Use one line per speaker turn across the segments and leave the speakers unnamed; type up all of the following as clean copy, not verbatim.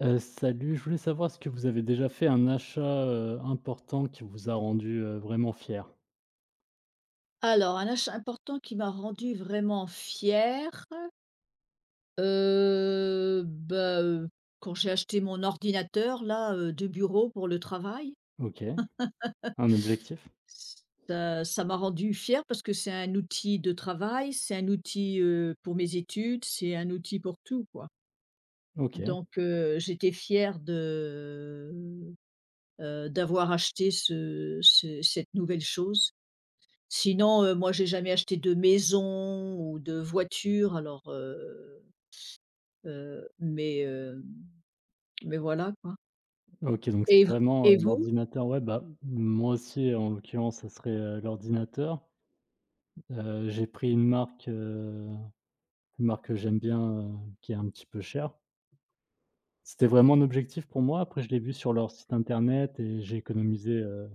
Salut, je voulais savoir ce que vous avez déjà fait un achat, important qui vous a rendu, vraiment fier?
Alors, un achat important qui m'a rendue vraiment fière, heu, bah, heu, quand j'ai acheté mon ordinateur là, de bureau pour le travail,
OK, un objectif?
ça m'a rendue fière parce que c'est un outil de travail, c'est un outil, pour mes études, c'est un outil pour tout, quoi.
OK,
Donc, j'étais fière d'avoir acheté ce ce cette nouvelle chose. Sinon, moi j'ai jamais acheté de maison ou de voiture Heu, mais heu, mais voilà quoi.
OK, donc
Et
c'est
v
vraiment,
et vous?
l'ordinateur. Ouais, bah, moi aussi, en l'occurrence, ça serait, l'ordinateur. J'ai pris une marque que j'aime bien, heu, qui est un petit peu chère. C'était vraiment un objectif pour moi. Après, je l'ai vu sur leur site internet et j'ai économisé,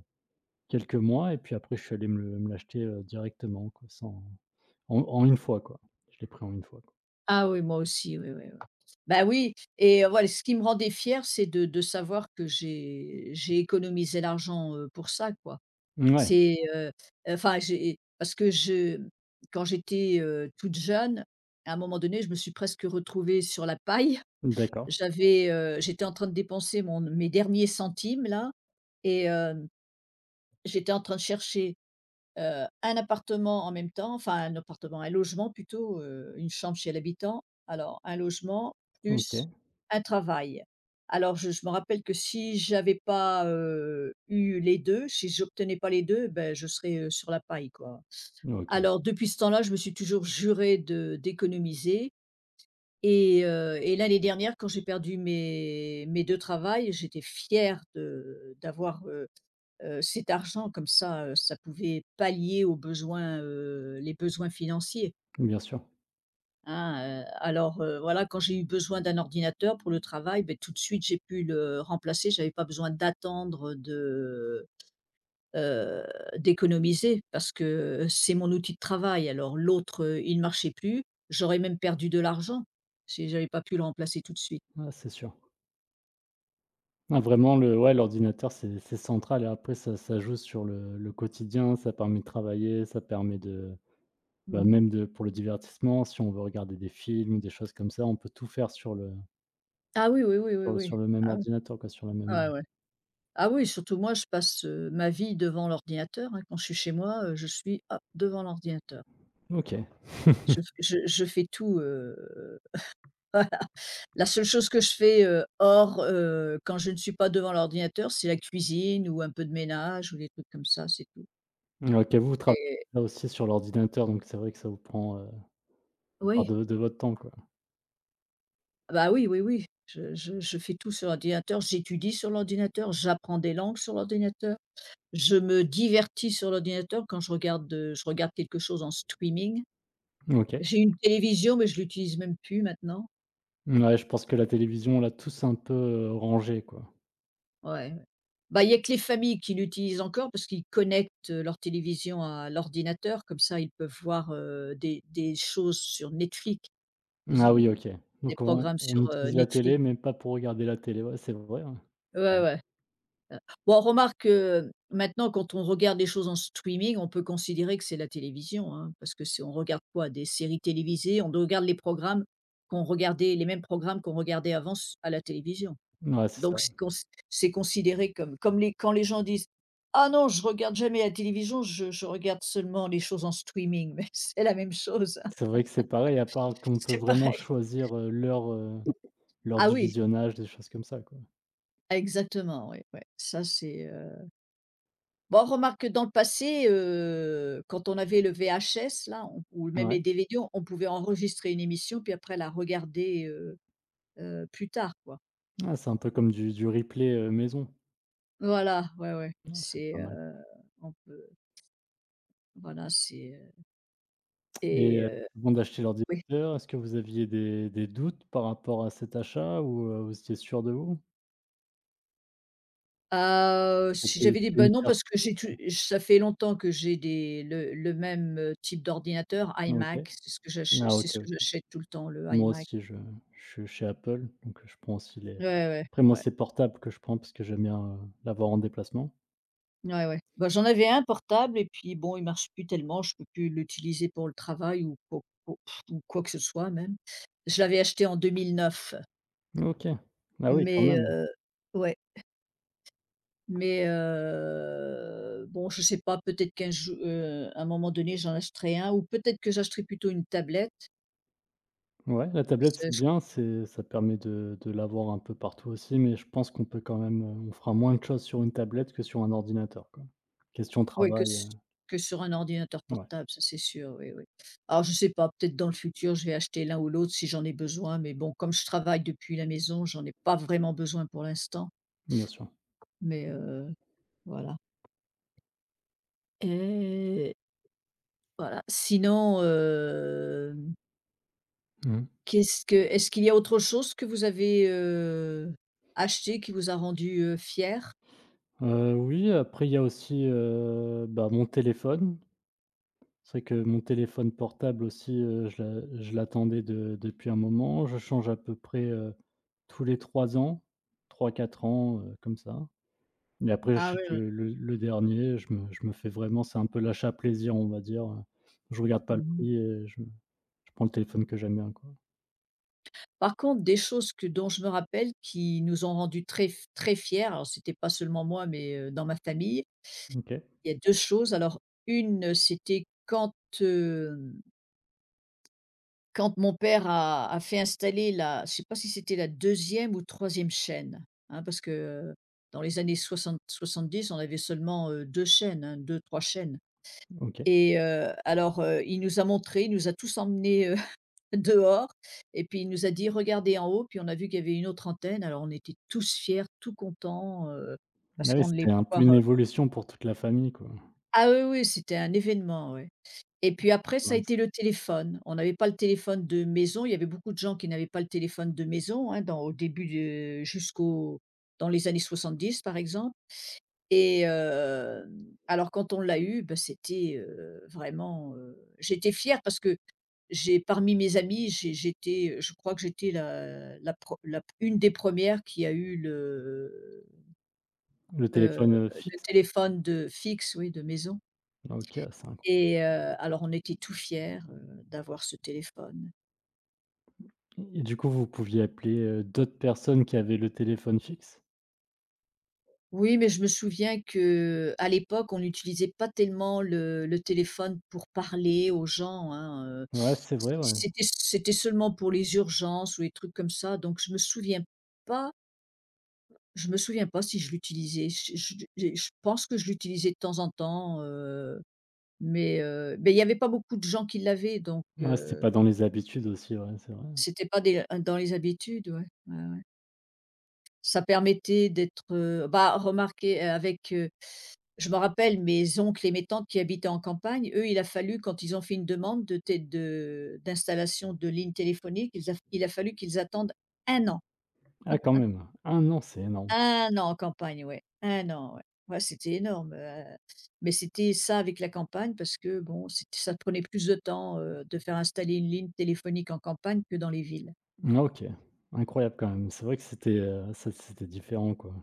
quelques mois et puis après je suis allé me l'acheter, directement quoi, sans en une fois quoi. Je l'ai pris en une fois.
Ah oui, moi aussi, oui, oui, oui. Bah oui et voilà, ce qui me rendait fière, c'est de savoir que j'ai économisé l'argent, pour ça quoi.
Ouais,
C'est, enfin j'ai parce que je Quand j'étais, toute jeune, à un moment donné, je me suis presque retrouvée sur la paille.
d'accord.
J'étais en train de dépenser mon mes derniers centimes là et hem, J'étais en train de chercher un appartement en même temps, enfin un appartement, un logement plutôt, une chambre chez l'habitant. Alors un logement plus
OK,
un travail. Alors je me rappelle que si j'avais pas, eu les deux, si j'obtenais pas les deux, ben je serais, sur la paille, quoi.
OK,
Alors depuis ce temps-là, je me suis toujours juré de d'économiser et l'année dernière quand j'ai perdu mes 2 travails, j'étais fière de d'avoir, cet argent comme ça, ça pouvait pallier aux besoins, les besoins financiers,
bien sûr.
hein, voilà, quand j'ai eu besoin d'un ordinateur pour le travail, beh, tout de suite, j'ai pu le remplacer. J'avais pas besoin heu, d'économiser parce que c'est mon outil de travail. Alors l'autre, il ne marchait plus, j'aurais même perdu de l'argent si j'avais pas pu le remplacer tout de suite.
Ouais, c'est sûr. Ah vraiment le ouais, l'ordinateur c'est central et après ça joue sur le quotidien, ça permet de travailler, ça permet de bah,
Mmh.
même de pour le divertissement, si on veut regarder des films, des choses comme ça, on peut tout faire sur le
Ah oui, oui, oui, oui,
sur le
oui.
sur le même
Ah oui.
ordinateur quoi, sur la même
Ah ouais. Ah oui, surtout moi, je passe, ma vie devant l'ordinateur, hein. Quand je suis chez moi, je suis, hop, devant l'ordinateur.
OK.
Je fais tout, voilà. La seule chose que je fais, hors, quand je ne suis pas devant l'ordinateur, c'est la cuisine ou un peu de ménage ou des trucs comme ça, c'est tout
OK, vous travaillez
et
là aussi sur l'ordinateur, donc c'est vrai que ça vous prend, part
oui,
de votre temps, quoi.
bah, oui, oui, oui, je fais tout sur l'ordinateur. J'étudie sur l'ordinateur, j'apprends des langues sur l'ordinateur, je me divertis sur l'ordinateur quand je regarde quelque chose en streaming.
OK.
J'ai une télévision, mais je l'utilise même plus maintenant.
Ouais, je pense que la télévision, on l'a tous un peu, rangée, quoi.
Ouais, ouais. Bah, il y a que les familles qui l'utilisent encore parce qu'ils connectent leur télévision à l'ordinateur, comme ça ils peuvent voir, des choses sur Netflix,
Ah oui,
des
OK.
des
Donc on
programmes
on
sur,
utilise la
Netflix.
télé, mais pas pour regarder la télé. Ouais, c'est vrai, hein.
Ouais, ouais. Heu, bon, remarque, maintenant quand on regarde des choses en streaming, on peut considérer que c'est la télévision, hein, parce que c'est on regarde quoi? Des séries télévisées, on regarde les mêmes programmes qu'on regardait avant s à la télévision.
Mmh. Ouais, c'est
Donc
ça.
c'est cons c'est considéré comme comme les quand les gens disent: «Ah non, je regarde jamais la télévision, je regarde seulement les choses en streaming», mais c'est la même chose, hein,
C'est vrai que c'est pareil, à part qu'on peut
c'est
vraiment
pareil.
choisir, l'heure, l'heure
Ah
du
oui,
visionnage, des choses comme ça, quoi.
exactement, oui, ouais, ça c'est, bon, remarque que dans le passé, quand on avait le VHS là, on ou même les
Ouais.
DVD, on pouvait enregistrer une émission puis après la regarder, plus tard quoi.
Ah, c'est un peu comme du replay, maison.
Voilà, ouais, ouais,
Ah, c'est
c'est,
pas mal
on peut voilà, c'est,
et
et
avant d'acheter
oui.
l'ordinateur, est-ce que vous aviez des doutes par rapport à cet achat ou vous étiez sûr de vous?
Si
C'était c'était
j'avais des
une
Ben non, parce que j'ai tout,
certitude?
ça fait longtemps que j'ai des le même, type d'ordinateur
OK.
iMac, c'est ce que j'achète,
Ah
c'est
OK,
ce que
OK.
j'achète tout le temps, le
Moi
iMac.
aussi, je suis chez Apple, donc je prends aussi les
Ouais, ouais,
après moi,
ouais.
c'est portable que je prends parce que j'aime bien, l'avoir en déplacement.
Ouais, ouais. Bah, j'en avais un portable et puis bon, il marche plus tellement, je peux plus l'utiliser pour le travail ou pour ou quoi que ce soit même. Je l'avais acheté en 2009,
OK. Ah oui, quand
mais
même.
heu, ouais, bon, je sais pas, peut-être qu'un jou à un moment donné, j'en achèterai un ou peut-être que j'achèterai plutôt une tablette.
Ouais, la tablette,
C'est
c'est
ch
bien, c'est ça permet de l'avoir un peu partout aussi, mais je pense qu'on peut quand même, on fera moins de choses sur une tablette que sur un ordinateur, quoi. Question
Oui,
travail,
que sur un ordinateur
ouais,
portable, ça c'est sûr, oui, oui. Alors je sais pas, peut-être dans le futur, je vais acheter l'un ou l'autre si j'en ai besoin, mais bon, comme je travaille depuis la maison, j'en ai pas vraiment besoin pour l'instant,
bien sûr.
mais heu, voilà et voilà. Sinon, hem,
Mmh mh.
qu'est-ce que est-ce qu'il y a autre chose que vous avez, acheté qui vous a rendu, fière?
Oui, après il y a aussi, bah, mon téléphone. C'est vrai que mon téléphone portable aussi, je l'attendais de depuis un moment. Je change à peu près, tous les 3 ans, trois quatre ans, comme ça. Et après
Ah
j'achète
ouais, ouais.
le dernier, je me fais vraiment c'est un peu l'achat plaisir, on va dire, hein. Je regarde pas le
Mmh.
prix et je prends le téléphone que j'aime bien, quoi.
Par contre, des choses que dont je me rappelle qui nous ont rendus très fiers, alors c'était pas seulement moi, mais, dans ma famille,
OK,
il y a 2 choses. Alors une, c'était hem, quand mon père a fait installer la, je sais pas si c'était la deuxième ou troisième chaîne, hein, parce que, heu, dans les années 60-70, on avait seulement, 2 chaînes, hein, 2-3 chaînes
OK.
et il nous a montré, il nous a tous emmenés dehors et puis il nous a dit: «Regardez en haut», puis on a vu qu'il y avait une autre antenne. Alors on était tous fiers, tout contents,
Ah
parce
oui,
qu'on
c'était
allait
un peu
pouvoir,
une évolution pour toute la famille, quoi.
ah oui, oui, c'était un événement, ouais, et puis après ça a
Mince.
été le téléphone. On n'avait pas le téléphone de maison, il y avait beaucoup de gens qui n'avaient pas le téléphone de maison, hein, dans au début de jusqu'au dans les années 70 par exemple. Et alors quand on l'a eu, bah, c'était, vraiment, j'étais fière parce que j'ai parmi mes amis, j'étais, je crois que j'étais la la pre la une des premières qui a eu
Le
heu,
téléphone,
le
fixe?
téléphone de fixe, oui, de maison
Ah, OK, ah, c'est incroya
et alors on était tout fiers, d'avoir ce téléphone.
et du coup, vous pouviez appeler, d'autres personnes qui avaient le téléphone fixe?
Oui, mais je me souviens que à l'époque, on n'utilisait pas tellement le téléphone pour parler aux gens, hein,
Ouais, c'est vrai, ouais.
c'était seulement pour les urgences ou les trucs comme ça, donc pas je me souviens pas si je l'utilisais. Je pense que je l'utilisais de temps en temps, mais il y avait pas beaucoup de gens qui l'avaient donc
Ouais, c'était pas dans les habitudes aussi, ouais, c'est vrai.
c'était pas des dans les habitudes, ouais. Ouais, ouais. Ça permettait d'être, bah, remarqué, je me rappelle mes oncles et mes tantes qui habitaient en campagne, eux, il a fallu quand ils ont fait une demande de té de d'installation de ligne téléphonique, ils a il a fallu qu'ils attendent 1 an,
Ah quand même! Un an, c'est énorme.
1 an en campagne, ouais, 1 an, ouais. Ouais, c'était énorme, mais c'était ça avec la campagne parce que bon, c'était ça prenait plus de temps, de faire installer une ligne téléphonique en campagne que dans les villes.
Mmh, OK. Incroyable quand même. C'est vrai que c'était, ça c'était différent, quoi.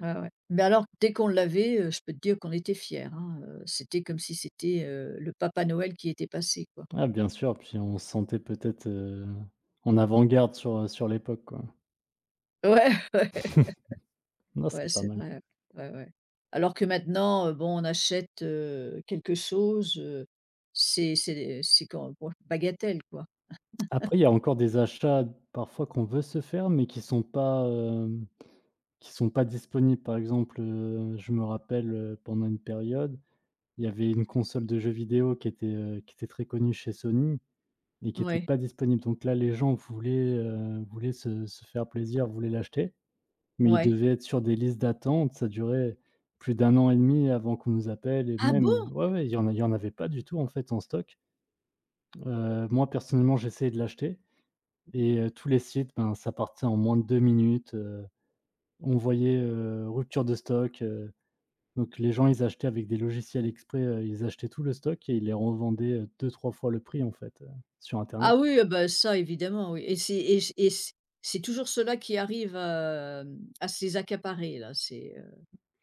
Ouais, ouais. Mais alors dès qu'on l'avait, je peux te dire qu'on était fiers, hein, c'était comme si c'était, le Papa Noël qui était passé, quoi.
Ah bien sûr, puis on se sentait peut-être, en avant-garde sur, sur l'époque, quoi.
Ouais, ouais,
Non,
ouais,
c'est pas
c'est
mal.
vrai, ouais, ouais. Alors que maintenant, bon, on achète, quelque chose, c'est quand bon, bagatelle, quoi.
Après, il y a encore des achats parfois qu'on veut se faire, mais qui sont pas, qui sont pas disponibles. Par exemple, je me rappelle, pendant une période, il y avait une console de jeux vidéo qui était très connue chez Sony et qui était
Ouais,
pas disponible. Donc là, les gens voulaient, voulaient se faire plaisir, voulaient l'acheter, mais ils
ouais.
devaient être sur des listes d'attente. Ça durait plus d'un an et demi avant qu'on nous appelle et
Ah
même
bon?
ouais, ouais, il y en avait pas du tout en fait en stock. Moi personnellement, j'essayais de l'acheter et tous les sites, ben, ça partait en moins de 2 minutes, on voyait, rupture de stock, donc les gens, ils achetaient avec des logiciels exprès, ils achetaient tout le stock et ils les revendaient, 2-3 fois le prix en fait, sur internet.
Ah oui, ah bah, ça évidemment, oui et c'est et c et c'est toujours ceux-là qui arrivent à, mmh, à se les accaparer là, c'est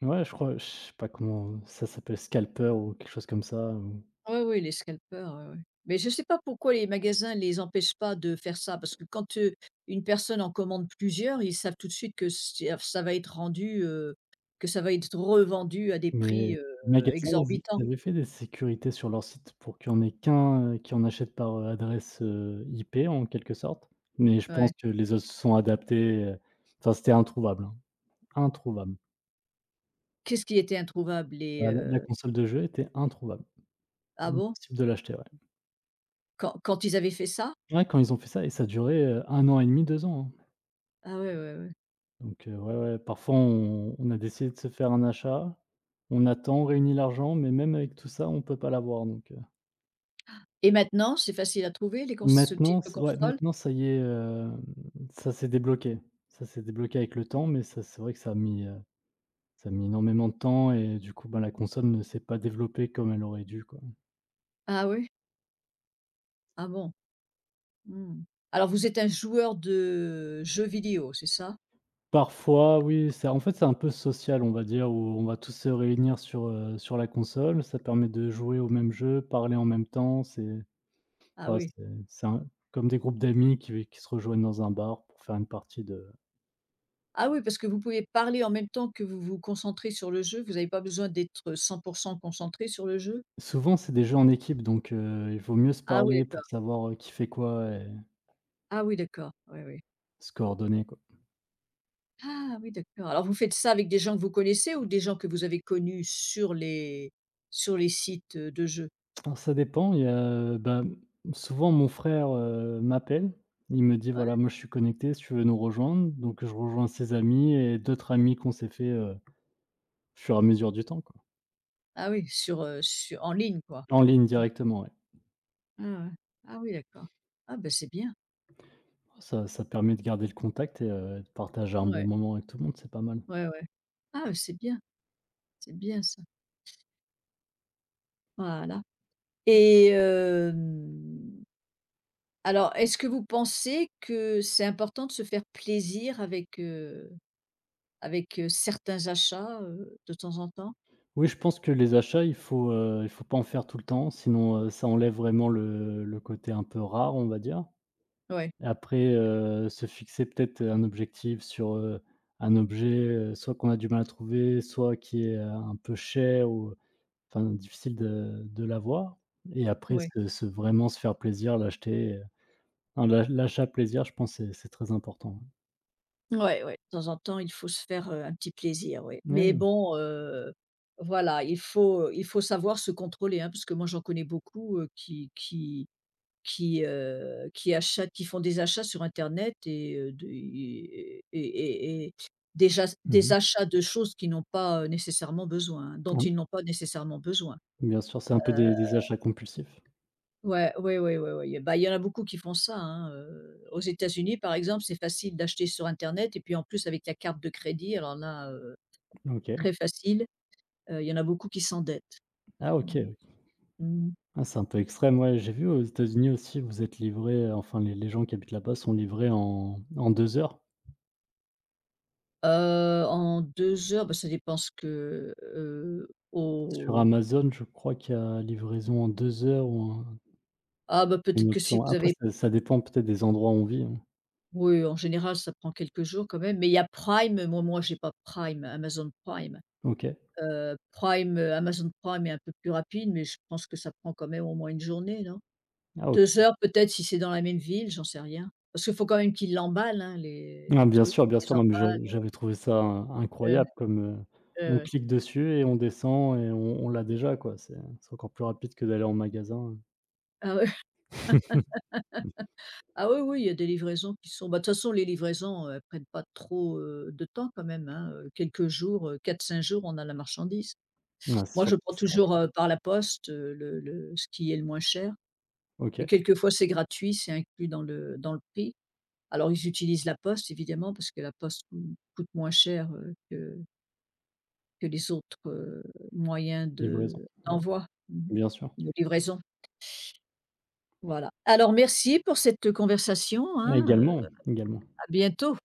Ouais, je crois, je sais pas comment ça s'appelle, Scalper ou quelque chose comme ça, ou
oui, oui, les scalpers, ouais, ouais. Mais je ne sais pas pourquoi les magasins les empêchent pas de faire ça, parce que quand, une personne en commande plusieurs, ils savent tout de suite que ça va être rendu, que ça va être revendu à des
mais
prix,
les magasins, ils
exorbitants.
ils avaient fait des sécurités sur leur site pour qu'il y en ait qu'un, qui en achète par, adresse, IP en quelque sorte, mais je
Ouais.
pense que les autres se sont adaptés, enfin, c'était introuvable, hein, introuvable.
Qu'est-ce qui était introuvable?
La console de jeu était introuvable,
Ah bon?
impossible de l'acheter, ouais.
Quand ils avaient fait ça?
Ouais, quand ils ont fait ça et ça a duré, 1 an et demi, 2 ans, hein.
Ah ouais, ouais, ouais.
Donc ouais, ouais, parfois on a décidé de se faire un achat, on attend, on réunit l'argent, mais même avec tout ça, on peut pas l'avoir donc
Et maintenant, c'est facile à trouver les cons ce type
maintenant
de
c ouais,
console?
maintenant ça y est, ça s'est débloqué. Ça s'est débloqué avec le temps, mais ça c'est vrai que ça a mis énormément de temps et du coup, bah, la console ne s'est pas développée comme elle aurait dû, quoi.
Ah oui? Ah bon? Mmh. Alors vous êtes un joueur de jeux vidéo, c'est ça?
Parfois oui, c'est en fait, c'est un peu social, on va dire, où on va tous se réunir sur, sur la console. Ça permet de jouer au même jeu, parler en même temps, c'est
Ah
ouais,
oui.
c'est un comme des groupes d'amis qui se rejoignent dans un bar pour faire une partie de
Ah oui, parce que vous pouvez parler en même temps que vous vous concentrez sur le jeu, vous n'avez pas besoin d'être 100% concentré sur le jeu?
souvent, c'est des jeux en équipe, donc il vaut mieux se
Ah oui,
parler
d'accord.
pour savoir, qui fait quoi et
Ah oui, d'accord. Oui, oui.
se coordonner, quoi.
Ah oui, d'accord. Alors vous faites ça avec des gens que vous connaissez ou des gens que vous avez connus sur les sites, de jeux?
Alors ça dépend, il y a, bah, souvent mon frère, m'appelle, il me dit:
Ouais?
«Voilà, moi je suis connecté, si tu veux nous rejoindre», donc je rejoins ses amis et d'autres amis qu'on s'est fait, au fur et à mesure du temps, quoi.
Ah oui, sur, sur en ligne, quoi?
En ligne
Mmh.
directement, ouais.
Ah ouais. Ah oui, d'accord. Ah ben c'est bien.
Ça permet de garder le contact et de partager un bon
Ouais.
moment avec tout le monde, c'est pas mal.
Ouais, ouais. Ah, c'est bien ça. Voilà et hem alors, est-ce que vous pensez que c'est important de se faire plaisir avec, certains achats, de temps en temps?
Oui, je pense que les achats, il faut pas en faire tout le temps, sinon, ça enlève vraiment le côté un peu rare, on va dire.
Ouais,
Et après, se fixer peut-être un objectif sur, un objet, soit qu'on a du mal à trouver, soit qui est, un peu cher ou enfin difficile de l'avoir et après
ouais,
se vraiment se faire plaisir, l'acheter, non, l'achat plaisir, je pense c'est très important.
ouais, ouais. De temps en temps, il faut se faire, un petit plaisir, oui.
Ouais,
Mais
ouais.
bon, voilà, il faut savoir se contrôler, hein, parce que moi j'en connais beaucoup, qui font des achats sur internet et
Mmh
des
mh.
achats de choses qu'ils n'ont pas, nécessairement besoin, hein, dont
Oui,
ils n'ont pas nécessairement besoin.
bien sûr, c'est un peu
Heu,
des achats compulsifs.
ouais, ouais. Oui, bah, il y en a beaucoup qui font ça, hein, aux États-Unis, par exemple, c'est facile d'acheter sur internet et puis, en plus, avec la carte de crédit,
OK.
très facile, il y en a beaucoup qui s'endettent.
Ah
Mmh
OK.
mh.
Ah, c'est un peu extrême, ouais. J'ai vu aux États-Unis aussi, vous êtes livrés, enfin les gens qui habitent là-bas sont livrés en deux heures.
En 2 heures, bah, ça dépend ce que,
Sur
au
Amazon, je crois qu'il y a livraison en 2 heures ou un
ah, bah, peut-être
une
que si
option.
vous
Après
avez
ça dépend peut-être des endroits où on vit, hein.
oui, en général, ça prend quelques jours quand même, mais il y a Prime, j'ai pas Prime, Amazon Prime,
OK.
Amazon Prime est un peu plus rapide, mais je pense que ça prend quand même au moins une journée, non?
Ah OK.
2 heures peut-être si c'est dans la même ville, j'en sais rien. Parce qu'il faut quand même qu'ils l'emballent, hein,
Ah
les trucs,
bien
ils
sûr,
les
non mais
emballent,
j'avais trouvé ça in
heu,
incroyable comme,
ouais,
on
ouais.
clique dessus et on descend et on l'a déjà quoi. C'est encore plus rapide que d'aller en magasin, hein.
Ah ouais, ah oui, oui, il y a des livraisons qui sont bah, de toute façon les livraisons, elles prennent pas trop, de temps quand même, hein, quelques jours, 4-5 jours, on a la marchandise.
Ah, c'est
Moi,
sûr
je
que
prends
c'est
toujours,
rapide.
par la poste, le ce qui est le moins cher et
OK,
quelquefois c'est gratuit, c'est inclus dans le prix. Alors ils utilisent la poste évidemment parce que la poste coûte moins cher, que les autres, moyens
livraison,
de
ouais,
d'envoi. Mmh
bien sûr.
de livraison, voilà. Alors merci pour cette conversation,
Et
hein,
également, également.
à bientôt.